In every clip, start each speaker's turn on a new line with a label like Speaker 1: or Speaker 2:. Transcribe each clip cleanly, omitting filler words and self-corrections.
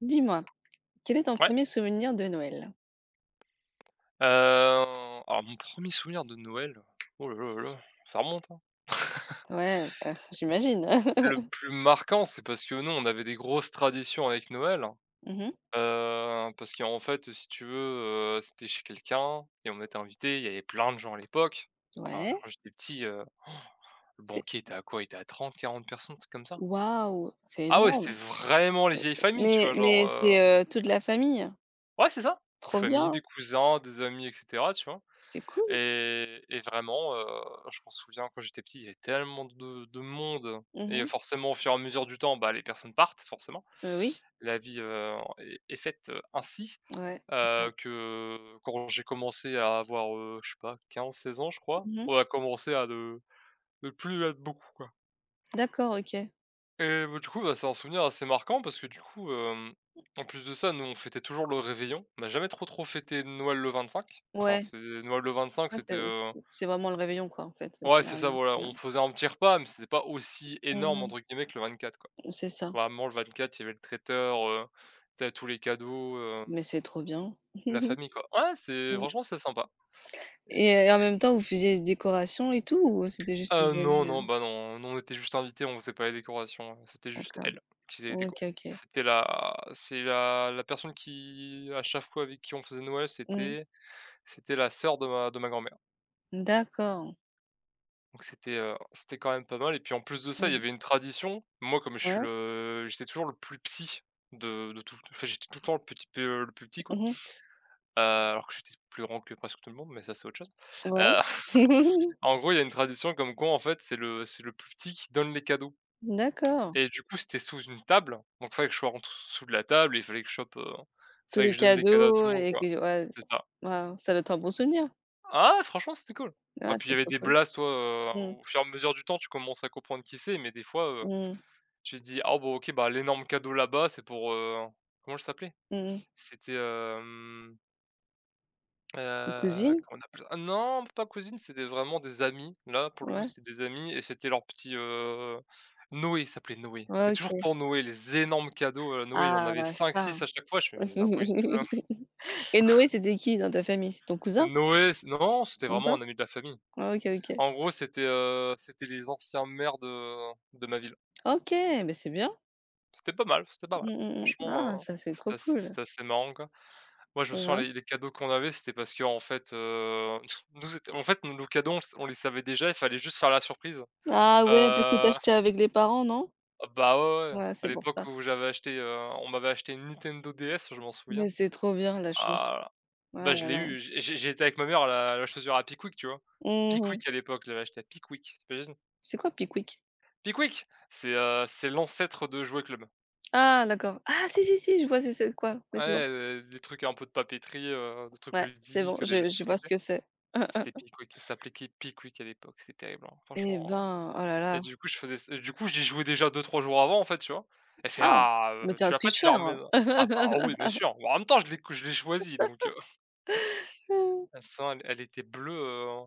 Speaker 1: Dis-moi, quel est ton
Speaker 2: Ouais,
Speaker 1: premier souvenir de Noël?
Speaker 2: heu, alors mon premier souvenir de Noël, oh là là là là, ça remonte, hein.
Speaker 1: Ouais, bah, j'imagine.
Speaker 2: Le plus marquant, c'est parce que nous, on avait des grosses traditions avec Noël, hein,
Speaker 1: Mmh.
Speaker 2: parce qu'en fait, si tu veux, c'était chez quelqu'un et on était invité. Il y avait plein de gens à l'époque. Enfin,
Speaker 1: Ouais,
Speaker 2: quand j'étais petit, le
Speaker 1: c'est
Speaker 2: banquet était à quoi? Il était à 30, 40 personnes, un comme ça.
Speaker 1: waouh, c'est
Speaker 2: Ah ouais, c'est
Speaker 1: énorme.
Speaker 2: vraiment les vieilles familles, tu
Speaker 1: Mais
Speaker 2: vois? Genre,
Speaker 1: mais c'est, toute la famille?
Speaker 2: ouais, c'est ça, une
Speaker 1: Trop
Speaker 2: famille, des
Speaker 1: bien,
Speaker 2: cousins, des amis et cetera, tu vois?
Speaker 1: c'est cool.
Speaker 2: Et vraiment, je m'en souviens quand j'étais petit, il y avait tellement de monde
Speaker 1: Mmh
Speaker 2: et
Speaker 1: mh.
Speaker 2: forcément, au fur et à mesure du temps, bah, les personnes partent forcément.
Speaker 1: Oui,
Speaker 2: La vie, est faite, ainsi,
Speaker 1: ouais, c'est ça.
Speaker 2: que quand j'ai commencé à avoir, je sais pas 15-16 ans je crois,
Speaker 1: Mmh.
Speaker 2: on a commencé à ne plus être beaucoup quoi
Speaker 1: D'accord, OK.
Speaker 2: et bah, du coup, bah, c'est un souvenir assez marquant parce que du coup, en plus de ça, nous on fêtait toujours le réveillon. On n'a jamais trop, trop fêté Noël le 25. Enfin,
Speaker 1: Ouais,
Speaker 2: c'est Noël le 25,
Speaker 1: ouais,
Speaker 2: c'était,
Speaker 1: c'est c'est c'est vraiment le réveillon quoi en fait,
Speaker 2: ouais, c'est ça,
Speaker 1: généralement.
Speaker 2: voilà,
Speaker 1: Ouais.
Speaker 2: on faisait un petit repas, mais c'était pas «aussi énorme»
Speaker 1: Mmh.
Speaker 2: entre guillemets que le 24, quoi.
Speaker 1: C'est ça,
Speaker 2: Vraiment le 24, il y avait le traiteur, tu tous les cadeaux,
Speaker 1: mais c'est trop bien.
Speaker 2: la famille, quoi. Ouais, c'est
Speaker 1: Mmh.
Speaker 2: franchement c'est sympa et
Speaker 1: Et en même temps vous faisiez des décorations et tout ou c'était juste une bonne,
Speaker 2: non, non, bah, non, nous on était juste invités, on faisait pas les décorations, c'était juste
Speaker 1: d'accord.
Speaker 2: elle qui faisait les décos.
Speaker 1: OK, OK.
Speaker 2: C'est la personne qui à chaque fois avec qui on faisait Noël,
Speaker 1: Mmh.
Speaker 2: c'était la sœur de ma grand-mère.
Speaker 1: D'accord.
Speaker 2: Donc c'était quand même pas mal et puis en plus de ça, il y
Speaker 1: Mmh.
Speaker 2: avait une tradition. Moi, comme je suis
Speaker 1: Ouais.
Speaker 2: le j'étais toujours le plus petit de tout en j'étais tout le temps le plus petit quoi,
Speaker 1: Mmh mh.
Speaker 2: alors que j'étais plus grand que presque tout le monde, mais ça, c'est autre chose.
Speaker 1: Ouais.
Speaker 2: Heu, en gros, il y a une tradition comme quoi, en fait, c'est le plus petit qui donne les cadeaux
Speaker 1: D'accord.
Speaker 2: et du coup, c'était sous une table, donc il fallait que je rentre sous de la table et il fallait que je chope,
Speaker 1: Tous
Speaker 2: fallait
Speaker 1: les
Speaker 2: que je donne les cadeaux à tout le
Speaker 1: cadeaux
Speaker 2: monde
Speaker 1: et
Speaker 2: quoi.
Speaker 1: que ouais,
Speaker 2: C'est ça.
Speaker 1: waouh, ça doit être un bon souvenir.
Speaker 2: Ah ouais, franchement, c'était cool. Ah
Speaker 1: Ah,
Speaker 2: puis il y
Speaker 1: c'est
Speaker 2: avait
Speaker 1: trop
Speaker 2: des
Speaker 1: cool.
Speaker 2: blasts, toi,
Speaker 1: Mmh.
Speaker 2: au fur et à mesure du temps, tu commences à comprendre qui c'est, mais des fois,
Speaker 1: Mmh.
Speaker 2: tu te dis: «Ah bon OK, bah, l'énorme cadeau là-bas, c'est pour,» comment elle s'appelait?
Speaker 1: Mmh mh.
Speaker 2: C'était,
Speaker 1: Une cousine?
Speaker 2: comment on appelle ça? Ah non, pas cousine, c'était vraiment des amis. Là, pour le coup,
Speaker 1: Ouais.
Speaker 2: c'était des amis et c'était leur petit, Noé, il s'appelait Noé. C'était toujours
Speaker 1: OK.
Speaker 2: pour Noé, les énormes cadeaux, Noé, il en
Speaker 1: Ah
Speaker 2: avait
Speaker 1: bah
Speaker 2: cinq
Speaker 1: ça.
Speaker 2: six à chaque fois. Je fais: «Mais c'est pas possible, là».
Speaker 1: Et Noé, c'était qui dans ta famille? C'est ton cousin
Speaker 2: Noé, c non, c'était
Speaker 1: ou
Speaker 2: vraiment
Speaker 1: pas?
Speaker 2: un ami de la famille.
Speaker 1: Ah, OK, OK.
Speaker 2: En gros, c'était les anciens maires de ma ville.
Speaker 1: OK, mais c'est bien.
Speaker 2: C'était pas mal, c'était pas mal.
Speaker 1: Mmh mh, mmh. Ah
Speaker 2: Franchement,
Speaker 1: ça, c'est trop
Speaker 2: c'était assez
Speaker 1: cool.
Speaker 2: c'était assez marrant, quoi. Moi, je me
Speaker 1: Tu vois?
Speaker 2: souviens les cadeaux qu'on avait, c'était parce que en fait, nous c'était en fait, nous nos cadeaux, on le s on les savait déjà, il fallait juste faire la surprise.
Speaker 1: Ah ouais, parce que tu
Speaker 2: Heu,
Speaker 1: achetais avec les parents, non?
Speaker 2: ah bah, ouais, ouais,
Speaker 1: Ouais,
Speaker 2: à
Speaker 1: c'est pour
Speaker 2: l'époque
Speaker 1: ça.
Speaker 2: où j'avais acheté, on m'avait acheté une Nintendo DS, je m'en souviens.
Speaker 1: Mais c'est trop bien la chose.
Speaker 2: Ah là
Speaker 1: Oh là
Speaker 2: bah, je l'ai
Speaker 1: là.
Speaker 2: eu, j'étais avec ma mère à la chaussure à Pickwick, tu vois?
Speaker 1: Mmh.
Speaker 2: Pickwick à l'époque, je l'avais acheté à Pickwick, tu
Speaker 1: C'est quoi Pickwick?
Speaker 2: Pickwick! C'est l'ancêtre de Jouet Club.
Speaker 1: Ah, d'accord. Ah si, si, si, je vois c'est quoi. Mais c'est bon.
Speaker 2: Ouais, des trucs un peu de papeterie, des trucs
Speaker 1: Ouais, c'est bon,
Speaker 2: ludiques, des jeux
Speaker 1: je
Speaker 2: de
Speaker 1: je vois ce
Speaker 2: société.
Speaker 1: que c'est. Hein, hein.
Speaker 2: C'était Pickwick, ça s'appelait Pickwick à l'époque, c'est terrible, hein,
Speaker 1: Eh
Speaker 2: franchement.
Speaker 1: ben, oh là
Speaker 2: Et
Speaker 1: là.
Speaker 2: du coup, je faisais ç du coup, j'y jouais déjà 2-3 jours avant, en fait, tu vois? Elle fait:
Speaker 1: Ah!
Speaker 2: «Ah,
Speaker 1: Mais t'es un
Speaker 2: tu l'as pas, tu la
Speaker 1: tricheur!
Speaker 2: ramènes ah bah, oui, bien sûr, mais en même temps, je l'ai choisi donc
Speaker 1: Hmm.
Speaker 2: la sang, elle était bleue,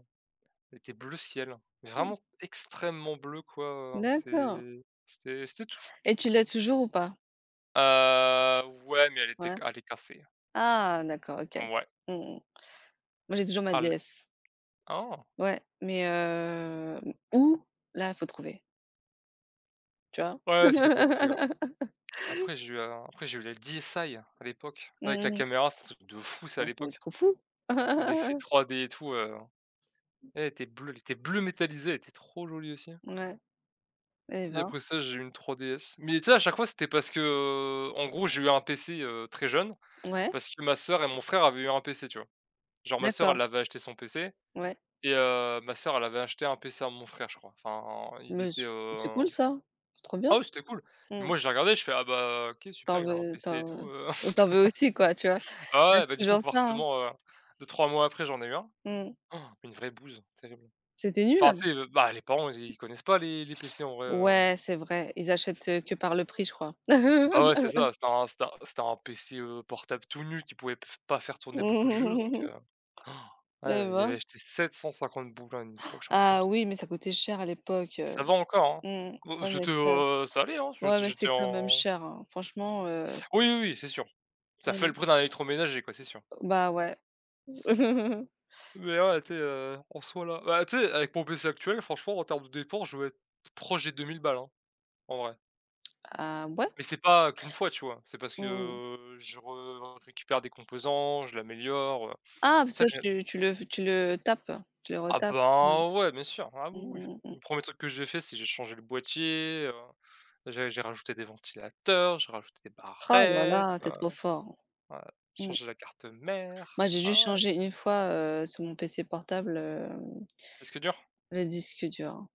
Speaker 2: elle était bleu ciel, mais vraiment extrêmement bleue, quoi,
Speaker 1: D'accord,
Speaker 2: c'était tout chou.
Speaker 1: et tu l'as toujours ou pas?
Speaker 2: Heu, ouais, mais elle était
Speaker 1: Ouais.
Speaker 2: ca elle est cassée.
Speaker 1: Ah, d'accord, OK.
Speaker 2: Ouais,
Speaker 1: Mmh mh. Moi, j'ai toujours ma
Speaker 2: elle
Speaker 1: DS.
Speaker 2: oh!
Speaker 1: Ouais, mais où? Là, il faut trouver, tu vois?
Speaker 2: Ouais, c'est compliqué, ouais. Après j'ai eu la DSi à l'époque, avec la
Speaker 1: Mmh.
Speaker 2: caméra, c'était un truc de fou ça, à
Speaker 1: Ah, c'est
Speaker 2: l'époque.
Speaker 1: trop fou!
Speaker 2: L'effet 3D et tout, elle était bleue, elle était bleue métallisée, elle était trop jolie aussi.
Speaker 1: Ouais, eh
Speaker 2: Et
Speaker 1: ben.
Speaker 2: après ça, j'ai eu une 3DS. Mais tu sais, à chaque fois, c'était parce que, en gros, j'ai eu un PC, très jeune,
Speaker 1: Ouais,
Speaker 2: parce que ma sœur et mon frère avaient eu un PC, tu vois? Genre ma sœur,
Speaker 1: d'accord,
Speaker 2: elle avait acheté son PC
Speaker 1: ouais.
Speaker 2: et ma sœur, elle avait acheté un PC à mon frère, je crois. Enfin, ils
Speaker 1: Mais
Speaker 2: étaient,
Speaker 1: c'est cool ça, c'est trop bien.
Speaker 2: ah oui, c'était cool. Mais
Speaker 1: Mmh.
Speaker 2: moi, j'ai regardé, je fais: «Ah bah, OK,
Speaker 1: Tu
Speaker 2: super, il a un
Speaker 1: veux
Speaker 2: PC et
Speaker 1: t'en
Speaker 2: tout,»
Speaker 1: en Et tu veux aussi quoi, tu vois?
Speaker 2: Ah
Speaker 1: Bah,
Speaker 2: ouais, bah,
Speaker 1: c'est
Speaker 2: du coup,
Speaker 1: toujours ça, hein.
Speaker 2: forcément, 2-3 mois après, j'en ai eu un.
Speaker 1: Mmh.
Speaker 2: Oh, une vraie bouse, terrible.
Speaker 1: C'était
Speaker 2: Enfin,
Speaker 1: nul?
Speaker 2: tu sais, bah, les parents, ils connaissent pas les PC en vrai,
Speaker 1: Ouais, c'est vrai, ils achètent, que par le prix, je crois.
Speaker 2: bah, ouais, c'est ça, c'était un PC, portable tout nu qui pouvait f pas faire tourner beaucoup de jeux donc
Speaker 1: Et
Speaker 2: ouais, ils
Speaker 1: bah.
Speaker 2: avaient acheté 750 boules à une époque, je crois, comme
Speaker 1: Ah
Speaker 2: ça.
Speaker 1: oui, mais ça coûtait cher à l'époque,
Speaker 2: Ça va encore, hein.
Speaker 1: mmh.
Speaker 2: Bon,
Speaker 1: Ouais, mais
Speaker 2: c'était,
Speaker 1: ça
Speaker 2: ça allait, hein,
Speaker 1: ouais,
Speaker 2: j'étais
Speaker 1: mais
Speaker 2: j'étais
Speaker 1: c'est quand même
Speaker 2: en
Speaker 1: cher, hein. Franchement,
Speaker 2: oui, oui, oui, c'est sûr. Ça fait le
Speaker 1: mmh,
Speaker 2: prix d'un électroménager, quoi, c'est sûr.
Speaker 1: bah, ouais.
Speaker 2: Mais ouais, tu sais, en soi, là bah, tu sais, avec mon PC actuel, franchement, en termes de dépenses, je vais être proche des 2 000 balles, hein, en vrai.
Speaker 1: Ah ouais?
Speaker 2: Mais c'est pas qu'une fois, tu vois? C'est parce que,
Speaker 1: Mmh.
Speaker 2: je re récupère des composants, je l'améliore,
Speaker 1: Ah
Speaker 2: c'est
Speaker 1: parce
Speaker 2: ça
Speaker 1: que
Speaker 2: que j'ai.
Speaker 1: tu le tapes? Tu le
Speaker 2: Ah
Speaker 1: retapes? Mmh.
Speaker 2: ben, ouais, bien sûr. Ah oui, oui.
Speaker 1: Mmh, mmh, mmh.
Speaker 2: Le 1er truc que j'ai fait, c'est j'ai changé le boîtier, j'ai rajouté des ventilateurs, j'ai rajouté des
Speaker 1: Oh là
Speaker 2: barrettes,
Speaker 1: là, t'es trop fort.
Speaker 2: ouais,
Speaker 1: Mmh.
Speaker 2: changé la carte mère.
Speaker 1: Moi, j'ai
Speaker 2: Ah
Speaker 1: juste
Speaker 2: ouais,
Speaker 1: changé une fois, sur mon PC portable,
Speaker 2: c'est ce que dur?
Speaker 1: le disque dur.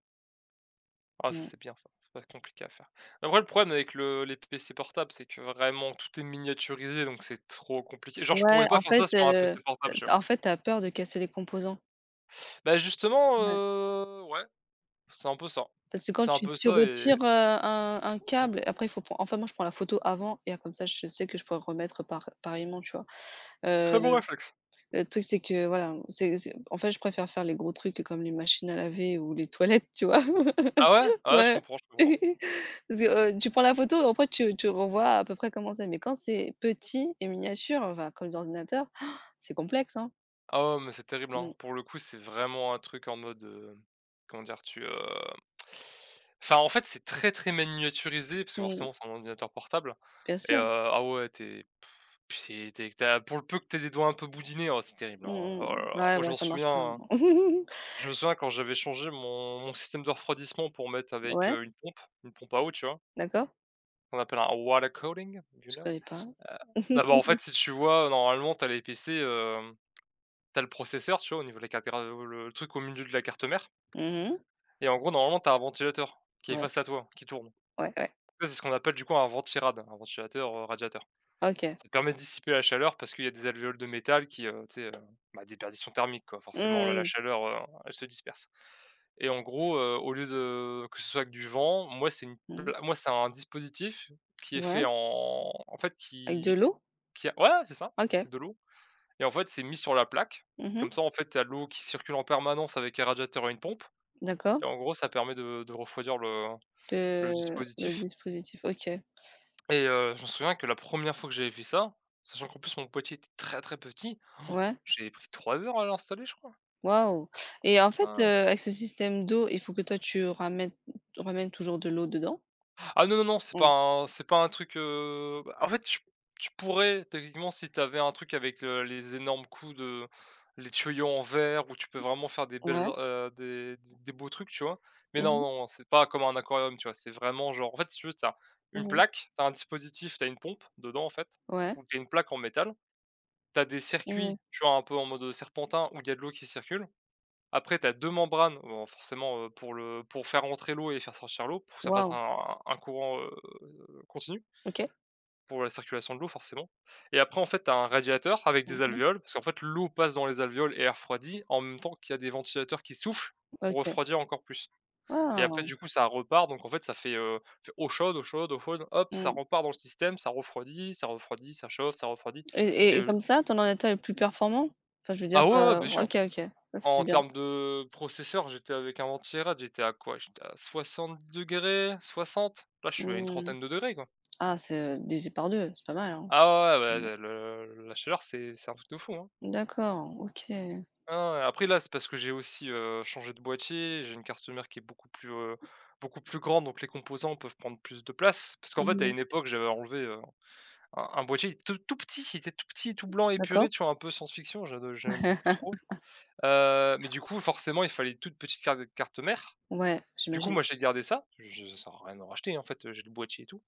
Speaker 2: Ah ça,
Speaker 1: Mmh.
Speaker 2: c'est bien ça, c'est pas compliqué à faire. Après le problème avec le les PC portables, c'est que vraiment tout est miniaturisé, donc c'est trop compliqué. Genre, je
Speaker 1: Ouais,
Speaker 2: pourrais pas
Speaker 1: en
Speaker 2: faire
Speaker 1: fait,
Speaker 2: ça sur un PC portable, tu vois?
Speaker 1: t'as peur de casser les composants.
Speaker 2: Bah, justement,
Speaker 1: Ouais.
Speaker 2: ouais, c'est un peu ça.
Speaker 1: Parce que quand
Speaker 2: C'est un
Speaker 1: tu
Speaker 2: peu
Speaker 1: tu
Speaker 2: ça
Speaker 1: retires,
Speaker 2: et
Speaker 1: un
Speaker 2: oh,
Speaker 1: câble, après il faut pren enfin moi je prends la photo avant et comme ça je sais que je pourrais remettre par pareillement, tu vois? Heu,
Speaker 2: très bon réflexe.
Speaker 1: le truc c'est que voilà, c'est en fait je préfère faire les gros trucs comme les machines à laver ou les toilettes, tu vois?
Speaker 2: Ah ouais? Ah ouais, je
Speaker 1: Ouais.
Speaker 2: comprends, je comprends.
Speaker 1: Parce que, tu prends la photo, après tu revois à peu près comment c'est, mais quand c'est petit et miniature, enfin comme les ordinateurs, c'est complexe, hein.
Speaker 2: Ah ouais, mais c'est terrible, hein.
Speaker 1: Mmh.
Speaker 2: Pour le coup, c'est vraiment un truc en mode, comment dire? Enfin, en fait, c'est très, très miniaturisé parce que
Speaker 1: Mmh.
Speaker 2: forcément, c'est un ordinateur portable
Speaker 1: Bien
Speaker 2: et
Speaker 1: sûr.
Speaker 2: ah ouais, t'es. Puis c'est t'es es pour le peu que tu des doigts un peu boudinés, oh, c'est terrible, hein.
Speaker 1: Mmh
Speaker 2: Oh là
Speaker 1: mh.
Speaker 2: là.
Speaker 1: Ouais,
Speaker 2: Moi, je
Speaker 1: bah,
Speaker 2: m'en
Speaker 1: ça marche
Speaker 2: souviens,
Speaker 1: pas.
Speaker 2: hein. Je me souviens quand j'avais changé mon système de refroidissement pour mettre avec,
Speaker 1: Ouais,
Speaker 2: une pompe à eau, tu vois?
Speaker 1: d'accord.
Speaker 2: Qu'on appelle un water cooling, you
Speaker 1: Je
Speaker 2: know?
Speaker 1: connais pas.
Speaker 2: Heu, bah, en fait, si tu vois, normalement, t'as les PC, hem T'as le processeur, tu vois, au niveau de la carte gra le truc au milieu de la carte mère
Speaker 1: Mmh.
Speaker 2: et en gros, normalement, t'as un ventilateur qui est
Speaker 1: Ouais,
Speaker 2: face à toi, qui tourne.
Speaker 1: ouais, ouais.
Speaker 2: Ça, c'est ce qu'on appelle, du coup, un ventirad, un ventilateur, radiateur.
Speaker 1: OK.
Speaker 2: Ça permet de dissiper la chaleur parce qu'il y a des alvéoles de métal qui, tu sais, bah, des perditions thermiques, quoi. Forcément, là, la
Speaker 1: Mmh mh.
Speaker 2: chaleur, elle se disperse et en gros, au lieu de que ce soit avec du vent, moi, c'est une
Speaker 1: Mmh.
Speaker 2: pla moi, c'est un dispositif qui est
Speaker 1: Ouais,
Speaker 2: fait en fait,
Speaker 1: avec de
Speaker 2: qui
Speaker 1: l'eau?
Speaker 2: qui a ouais, c'est ça,
Speaker 1: OK.
Speaker 2: qui est de l'eau. Et en fait, c'est mis sur la plaque.
Speaker 1: Mmh.
Speaker 2: Comme ça, en fait, tu as l'eau qui circule en permanence avec un radiateur et une pompe et
Speaker 1: D'accord.
Speaker 2: en gros, ça permet de refroidir le
Speaker 1: Le
Speaker 2: dispositif
Speaker 1: dispositif, OK.
Speaker 2: et je me souviens que la première fois que j'avais fait ça, sachant qu'en plus mon boîtier était très, très petit,
Speaker 1: Ouais.
Speaker 2: j'ai pris 3 heures à l'installer, je crois.
Speaker 1: Waouh, et en fait,
Speaker 2: Ah.
Speaker 1: avec ce système d'eau, il faut que toi tu ramènes toujours de l'eau dedans?
Speaker 2: Ah non, non, non, c'est pas
Speaker 1: Mmh.
Speaker 2: un c'est pas un truc, bah, en fait, tu pourrais techniquement si tu avais un truc avec le les énormes coups de les tuyaux en verre où tu peux vraiment faire des belles
Speaker 1: Ouais.
Speaker 2: in des beaux trucs, tu vois? Mais
Speaker 1: Mmh
Speaker 2: non,
Speaker 1: mh.
Speaker 2: non, c'est pas comme un aquarium, tu vois? C'est vraiment genre en fait, si tu veux, tu as une
Speaker 1: Mmh.
Speaker 2: plaque, t'as un dispositif, t'as une pompe dedans, en fait,
Speaker 1: Ouais.
Speaker 2: ou t'as une plaque en métal, t'as des circuits,
Speaker 1: Mmh.
Speaker 2: tu vois, un peu en mode, serpentin où il y a de l'eau qui circule. Après, tu as 2 membranes, bon forcément, pour faire entrer l'eau et faire sortir l'eau, pour que ça fasse
Speaker 1: Waouh!
Speaker 2: un courant, continu,
Speaker 1: OK.
Speaker 2: pour la circulation de l'eau forcément. Et après en fait, tu as un radiateur avec des
Speaker 1: Mmh.
Speaker 2: alvéoles, parce qu'en fait l'eau passe dans les alvéoles et elle refroidit, en même temps qu'il y a des ventilateurs qui soufflent pour
Speaker 1: OK.
Speaker 2: refroidir encore plus. Et après
Speaker 1: Ah!
Speaker 2: du coup, ça repart, donc en fait ça fait, fait eau chaude, eau chaude, eau chaude, hop, ça
Speaker 1: Mmh.
Speaker 2: repart dans le système, ça refroidit, ça refroidit, ça chauffe, ça refroidit
Speaker 1: et
Speaker 2: et
Speaker 1: et et
Speaker 2: euh
Speaker 1: comme ça, ton ordinateur est plus performant? Enfin, je veux dire,
Speaker 2: ah ouais, ouais, bien sûr!
Speaker 1: OK, OK. Ça, c'était
Speaker 2: En
Speaker 1: bien.
Speaker 2: termes de processeur, j'étais avec un ventirail, j'étais à quoi? J'étais à soixante degrés, 60. Là, je suis à une
Speaker 1: Mmh.
Speaker 2: trentaine de degrés, quoi.
Speaker 1: Ah, divisé par 2 c'est pas mal, hein?
Speaker 2: Ah ouais, ouais,
Speaker 1: Mmh.
Speaker 2: ouais, le la chaleur, c'est un truc de fou, hein.
Speaker 1: D'accord, OK.
Speaker 2: Ah ouais, après là, c'est parce que j'ai aussi, changé de boîtier, j'ai une carte mère qui est beaucoup plus grande, donc les composants peuvent prendre plus de place. Parce qu'en fait, à
Speaker 1: Mmh.
Speaker 2: une époque, j'avais enlevé, un boîtier, il était tout petit, il était tout petit, tout blanc épuré,
Speaker 1: D'accord.
Speaker 2: tu vois? Un peu science-fiction, j'aime beaucoup trop. Mais du coup, forcément, il fallait une toute petite carte mère.
Speaker 1: Ouais,
Speaker 2: Du coup,
Speaker 1: j'imagine.
Speaker 2: moi, j'ai gardé ça, je ça sert à rien de racheter, en fait, j'ai le boîtier et tout.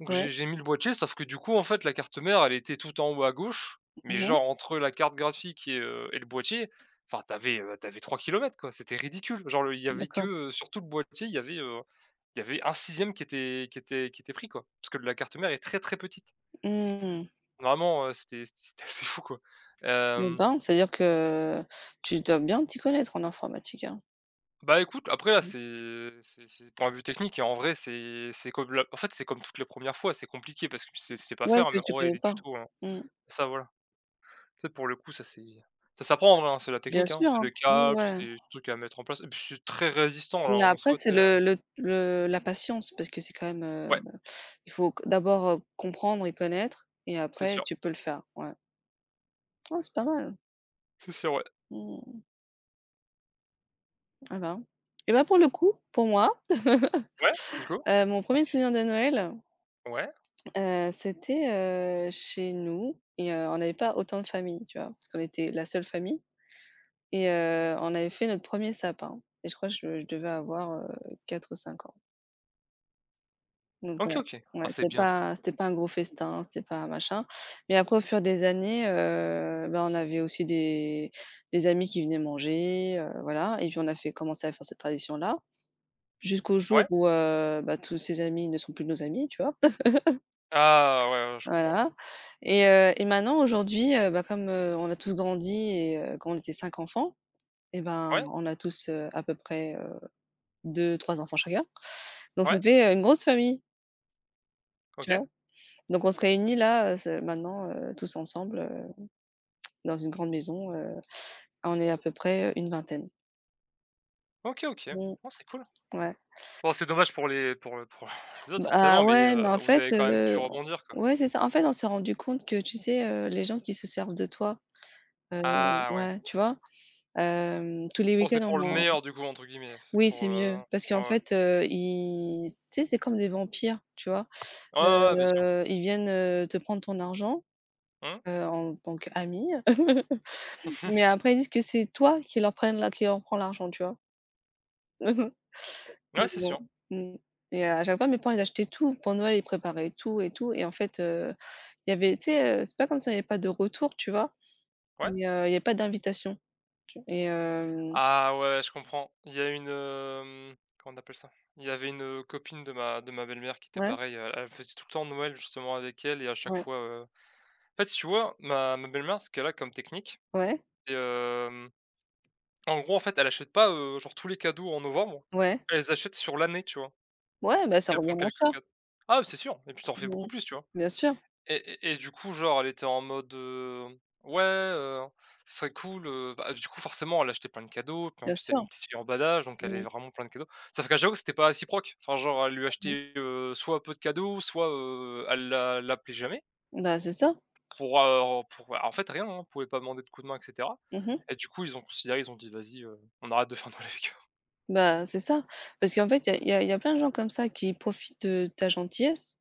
Speaker 2: Donc
Speaker 1: Ouais.
Speaker 2: j'ai mis le boîtier, sauf que du coup, en fait, la carte mère, elle était tout en haut à gauche, mais
Speaker 1: Mmh.
Speaker 2: genre entre la carte graphique et le boîtier, enfin, tu avais quoi, c'était ridicule. Genre le il y avait que,
Speaker 1: D'accord.
Speaker 2: sur tout le boîtier, il y avait un sixième qui était pris quoi, parce que la carte mère est très, très petite.
Speaker 1: Mmh.
Speaker 2: Vraiment, c'était c'était assez fou quoi.
Speaker 1: Eh
Speaker 2: Hem
Speaker 1: ben, c'est à dire que tu dois bien t'y connaître en informatique, hein?
Speaker 2: Bah, écoute, après là,
Speaker 1: Mmh.
Speaker 2: c'est point de vue technique et en vrai, c'est comme la en fait, c'est comme toutes les premières fois, c'est compliqué parce que c'est pas
Speaker 1: Ouais, ce
Speaker 2: faire, mais
Speaker 1: que tu
Speaker 2: en vrai, il y a
Speaker 1: connais
Speaker 2: des
Speaker 1: pas.
Speaker 2: tutos, hein.
Speaker 1: Mmh.
Speaker 2: Ça, voilà. Ça, pour le coup, ça c'est ça s'apprend en vrai, hein, c'est la
Speaker 1: Bien
Speaker 2: technique, hein.
Speaker 1: sûr,
Speaker 2: C'est
Speaker 1: hein.
Speaker 2: des câbles,
Speaker 1: Ouais.
Speaker 2: c'est des trucs à mettre en place et puis c'est très résistant là
Speaker 1: Et
Speaker 2: on
Speaker 1: après, c'est
Speaker 2: souhaitait tu
Speaker 1: le la patience parce que c'est quand même,
Speaker 2: ouais,
Speaker 1: il faut q d'abord, comprendre et connaître et
Speaker 2: c'est
Speaker 1: après
Speaker 2: sûr.
Speaker 1: tu peux le faire, ouais. Ah, c'est pas mal.
Speaker 2: C'est sûr, ouais.
Speaker 1: Mmh. Ah ben, pour le coup, pour moi,
Speaker 2: Ouais, du coup?
Speaker 1: mon premier souvenir de Noël,
Speaker 2: Ouais.
Speaker 1: c'était, chez nous et on n'avait pas autant de familles, tu vois? Parce qu'on était la seule famille et on avait fait notre premier sapin et je crois que je devais avoir, 4 ou 5 ans. Donc
Speaker 2: OK,
Speaker 1: voilà,
Speaker 2: OK. Ah,
Speaker 1: ouais,
Speaker 2: c'est
Speaker 1: c'était
Speaker 2: bien ça.
Speaker 1: pas un gros festin, c'était pas machin. Mais après, au fur des années, bah, on avait aussi des amis qui venaient manger, voilà et puis on a fait commencer à faire cette tradition-là, jusqu'au jour
Speaker 2: Ouais.
Speaker 1: où, bah, tous ces amis ne sont plus nos amis, tu vois?
Speaker 2: Ah ouais, ouais, je comprends, ouais.
Speaker 1: Voilà, et maintenant aujourd'hui, bah, comme, on a tous grandi et quand on était 5 enfants et ben,
Speaker 2: Ouais,
Speaker 1: on a tous, à peu près, 2-3 enfants chacun. Donc ça
Speaker 2: ouais,
Speaker 1: fait, une grosse famille, tu
Speaker 2: OK.
Speaker 1: vois? Donc on se réunit là, ce maintenant, tous ensemble, dans une grande maison, on est à peu près, une vingtaine.
Speaker 2: OK, OK.
Speaker 1: Mmh,
Speaker 2: Oh, c'est cool.
Speaker 1: ouais.
Speaker 2: Bon, c'est dommage pour les pour les autres
Speaker 1: Bah,
Speaker 2: forcément,
Speaker 1: ah
Speaker 2: mais
Speaker 1: ouais, mais en
Speaker 2: vous
Speaker 1: fait,
Speaker 2: avez quand même pu rebondir, quoi.
Speaker 1: ouais, c'est ça. En fait, on s'est rendu compte que, tu sais, les gens qui se servent de toi, heu,
Speaker 2: Ah ouais.
Speaker 1: ouais, tu vois? Tous les
Speaker 2: Bon, c'est
Speaker 1: week-ends,
Speaker 2: pour le
Speaker 1: on en
Speaker 2: meilleur du coup, entre guillemets, c'est
Speaker 1: oui,
Speaker 2: pour,
Speaker 1: c'est mieux parce
Speaker 2: ouais,
Speaker 1: qu'en
Speaker 2: ouais.
Speaker 1: fait, ils tu sais, c'est comme des vampires, tu vois?
Speaker 2: Ouais, ouais, ouais, bien sûr.
Speaker 1: Ils viennent, te prendre ton argent,
Speaker 2: Mmh.
Speaker 1: en tant qu'amis, mais après ils disent que c'est toi qui leur prend l'argent, tu vois? Mmh mh.
Speaker 2: Ouais, c'est
Speaker 1: Bon,
Speaker 2: sûr.
Speaker 1: mmh et à chaque fois, mes parents, ils achetaient tout. Pour Noël, ils préparaient tout et tout et en fait, il y avait tu sais, c'est pas comme s'il y avait pas de retour, tu vois?
Speaker 2: Ouais.
Speaker 1: Mais, il y a pas d'invitation tu et hem
Speaker 2: Ah ouais, je comprends. Il y a une, comment on appelle ça? Il y avait une, copine de ma belle-mère qui était
Speaker 1: ouais,
Speaker 2: pareil, elle faisait tout le temps Noël justement avec elle et à chaque
Speaker 1: ouais,
Speaker 2: fois, en fait, si tu vois, ma belle-mère, ce qu'elle a comme technique,
Speaker 1: ouais,
Speaker 2: c'est, en gros, en fait, elle achète pas, genre tous les cadeaux en novembre,
Speaker 1: ouais,
Speaker 2: elle les achète sur l'année, tu vois?
Speaker 1: ouais, bah, ça
Speaker 2: Elle
Speaker 1: revient
Speaker 2: prend
Speaker 1: moins
Speaker 2: quelques
Speaker 1: cher.
Speaker 2: cadeaux ah, c'est sûr et puis t'en fais
Speaker 1: Mmh
Speaker 2: beaucoup
Speaker 1: mh.
Speaker 2: plus, tu vois?
Speaker 1: Bien sûr,
Speaker 2: Et du coup, genre, elle était en mode, «Ouais, ce serait cool, bah, du coup, forcément, elle achetait plein de cadeaux, puis en
Speaker 1: bien
Speaker 2: plus, elle
Speaker 1: sûr.
Speaker 2: est une petite fille en badage donc
Speaker 1: Mmh
Speaker 2: elle est
Speaker 1: mh.
Speaker 2: vraiment plein de cadeaux. Sauf qu'à chaque fois, c'était pas réciproque. Enfin, genre, elle lui
Speaker 1: Mmh.
Speaker 2: achetait, soit peu de cadeaux, soit, elle l'a l'appelait jamais
Speaker 1: Bah, c'est ça.
Speaker 2: pour, pour bah, en fait, rien, hein, elle pouvait pas demander de coup de main et cetera.
Speaker 1: Mmh mh.
Speaker 2: Et du coup, ils ont considéré, ils ont dit: «Vas-y, on arrête de faire dans avec eux».
Speaker 1: Bah, c'est ça, parce qu'en fait, il y a il y a il y a plein de gens comme ça qui profitent de ta gentillesse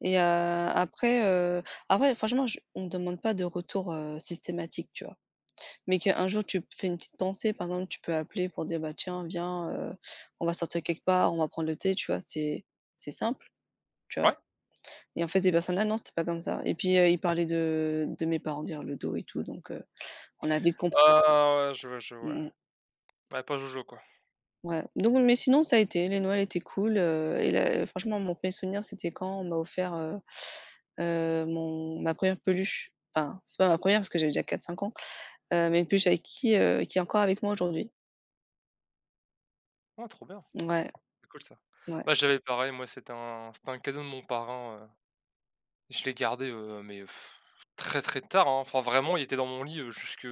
Speaker 1: et après, franchement je on me demande pas de retour, systématique, tu vois? Mais qu'un jour tu fais une petite pensée, par exemple, tu peux appeler pour dire: «Bah, tiens, viens, on va sortir quelque part, on va prendre le thé», tu vois? C'est simple, tu vois?
Speaker 2: Ouais?
Speaker 1: Et en fait, ces personnes-là, non, c'était pas comme ça et puis, ils parlaient de mes parents dire le dos et tout donc on a vite compris.
Speaker 2: Ah ouais, je vois, je vois.
Speaker 1: mmh
Speaker 2: Ouais, pas Jojo, quoi.
Speaker 1: Ouais, donc mais sinon ça a été, les Noëls étaient cool, et là franchement mon premier souvenir c'était quand on m'a offert, mon ma première peluche. Enfin, c'est pas ma première parce que j'avais déjà quatre cinq ans, mais une peluche avec qui est encore avec moi aujourd'hui.
Speaker 2: Oh, trop bien,
Speaker 1: Ouais,
Speaker 2: c'est cool ça.
Speaker 1: ouais.
Speaker 2: Bah, j'avais pareil, moi, c'était un cadeau de mon parrain. Je l'ai gardé, mais pff, très, très tard, hein. Enfin vraiment, il était dans mon lit, jusque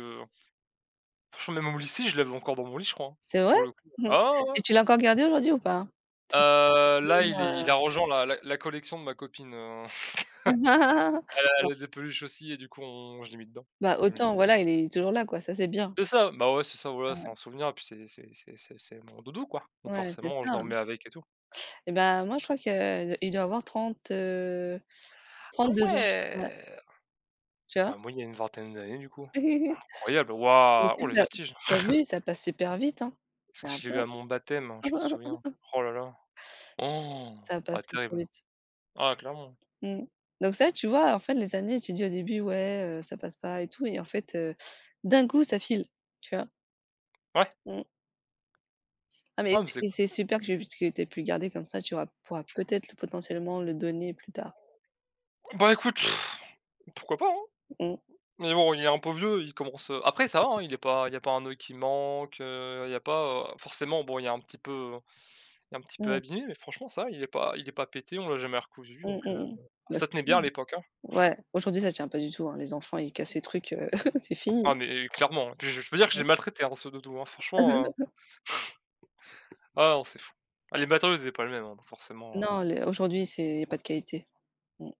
Speaker 2: franchement même au lycée, je l'avais encore dans mon lit, je crois, hein,
Speaker 1: C'est vrai?
Speaker 2: pour le coup. Ah ouais, ouais,
Speaker 1: Et tu l'as encore gardé aujourd'hui ou pas? C'est
Speaker 2: là,
Speaker 1: mignon,
Speaker 2: il a rejoint la collection de ma copine,
Speaker 1: bah
Speaker 2: elle a des peluches aussi et du coup, on je l'ai mis dedans.
Speaker 1: bah
Speaker 2: Je me
Speaker 1: autant
Speaker 2: dis,
Speaker 1: voilà, il est toujours là quoi, ça c'est bien.
Speaker 2: c'est ça, bah ouais, c'est ça, voilà, c'est un souvenir et puis c'est c'est mon doudou, quoi.
Speaker 1: Ouais,
Speaker 2: Donc
Speaker 1: ouais, c'est
Speaker 2: forcément, je
Speaker 1: ça,
Speaker 2: dormais avec et tout.
Speaker 1: et ben moi je crois qu'il doit avoir 30,
Speaker 2: Ah
Speaker 1: 32 ans. Ouais,
Speaker 2: ouais!
Speaker 1: tu vois?
Speaker 2: Bah moi, il y a une vingtaine d'années, du coup. Incroyable,
Speaker 1: Mais
Speaker 2: waouh! Oh
Speaker 1: tu
Speaker 2: le
Speaker 1: sais que ça
Speaker 2: vertige!
Speaker 1: tu vu, ça passe super vite, hein.
Speaker 2: Parce
Speaker 1: Ça
Speaker 2: que
Speaker 1: va
Speaker 2: je l'ai eu
Speaker 1: pas.
Speaker 2: à mon baptême, hein, je m'en souviens. Oh là là. Oh!
Speaker 1: Ça
Speaker 2: Ah
Speaker 1: passe trop, trop
Speaker 2: terrible.
Speaker 1: vite.
Speaker 2: Ah clairement.
Speaker 1: Mmh. Donc ça, tu vois, en fait, les années, tu dis au début: «Ouais, ça passe pas et tout» et en fait, d'un coup, ça file, tu vois?
Speaker 2: Ouais.
Speaker 1: Mmh. Ah mais
Speaker 2: Ah mais
Speaker 1: c'est
Speaker 2: c'est
Speaker 1: et
Speaker 2: cool.
Speaker 1: c'est super que j'ai que tu aies pu le garder comme ça, tu auras pourras peut-être potentiellement le donner plus tard.
Speaker 2: Bah écoute, pff, pourquoi pas, hein?
Speaker 1: Mmh.
Speaker 2: Mais bon, il est un peu vieux, il commence, après ça va, hein, il y a pas un œil qui manque, il y a pas, forcément bon, il y a un petit peu il est un petit peu
Speaker 1: Mmh.
Speaker 2: abîmé, mais franchement ça va, il est pas pété, on l'a jamais recousu
Speaker 1: Mmh,
Speaker 2: donc
Speaker 1: mmh mh. Bah,
Speaker 2: ça
Speaker 1: c'est
Speaker 2: tenait bien
Speaker 1: bien.
Speaker 2: à l'époque, hein.
Speaker 1: Ouais, aujourd'hui, ça tient pas du tout, hein, les enfants, ils cassent les trucs, c'est
Speaker 2: Ah
Speaker 1: fini.
Speaker 2: mais clairement, hein. Puis je peux dire que je l'ai maltraité, hein, ce doudou, hein, franchement, ah non c'est fou. Ah les matériaux ils étaient pas les mêmes, hein, donc forcément,
Speaker 1: Non, le aujourd'hui, c'est y a pas de qualité. Mmh.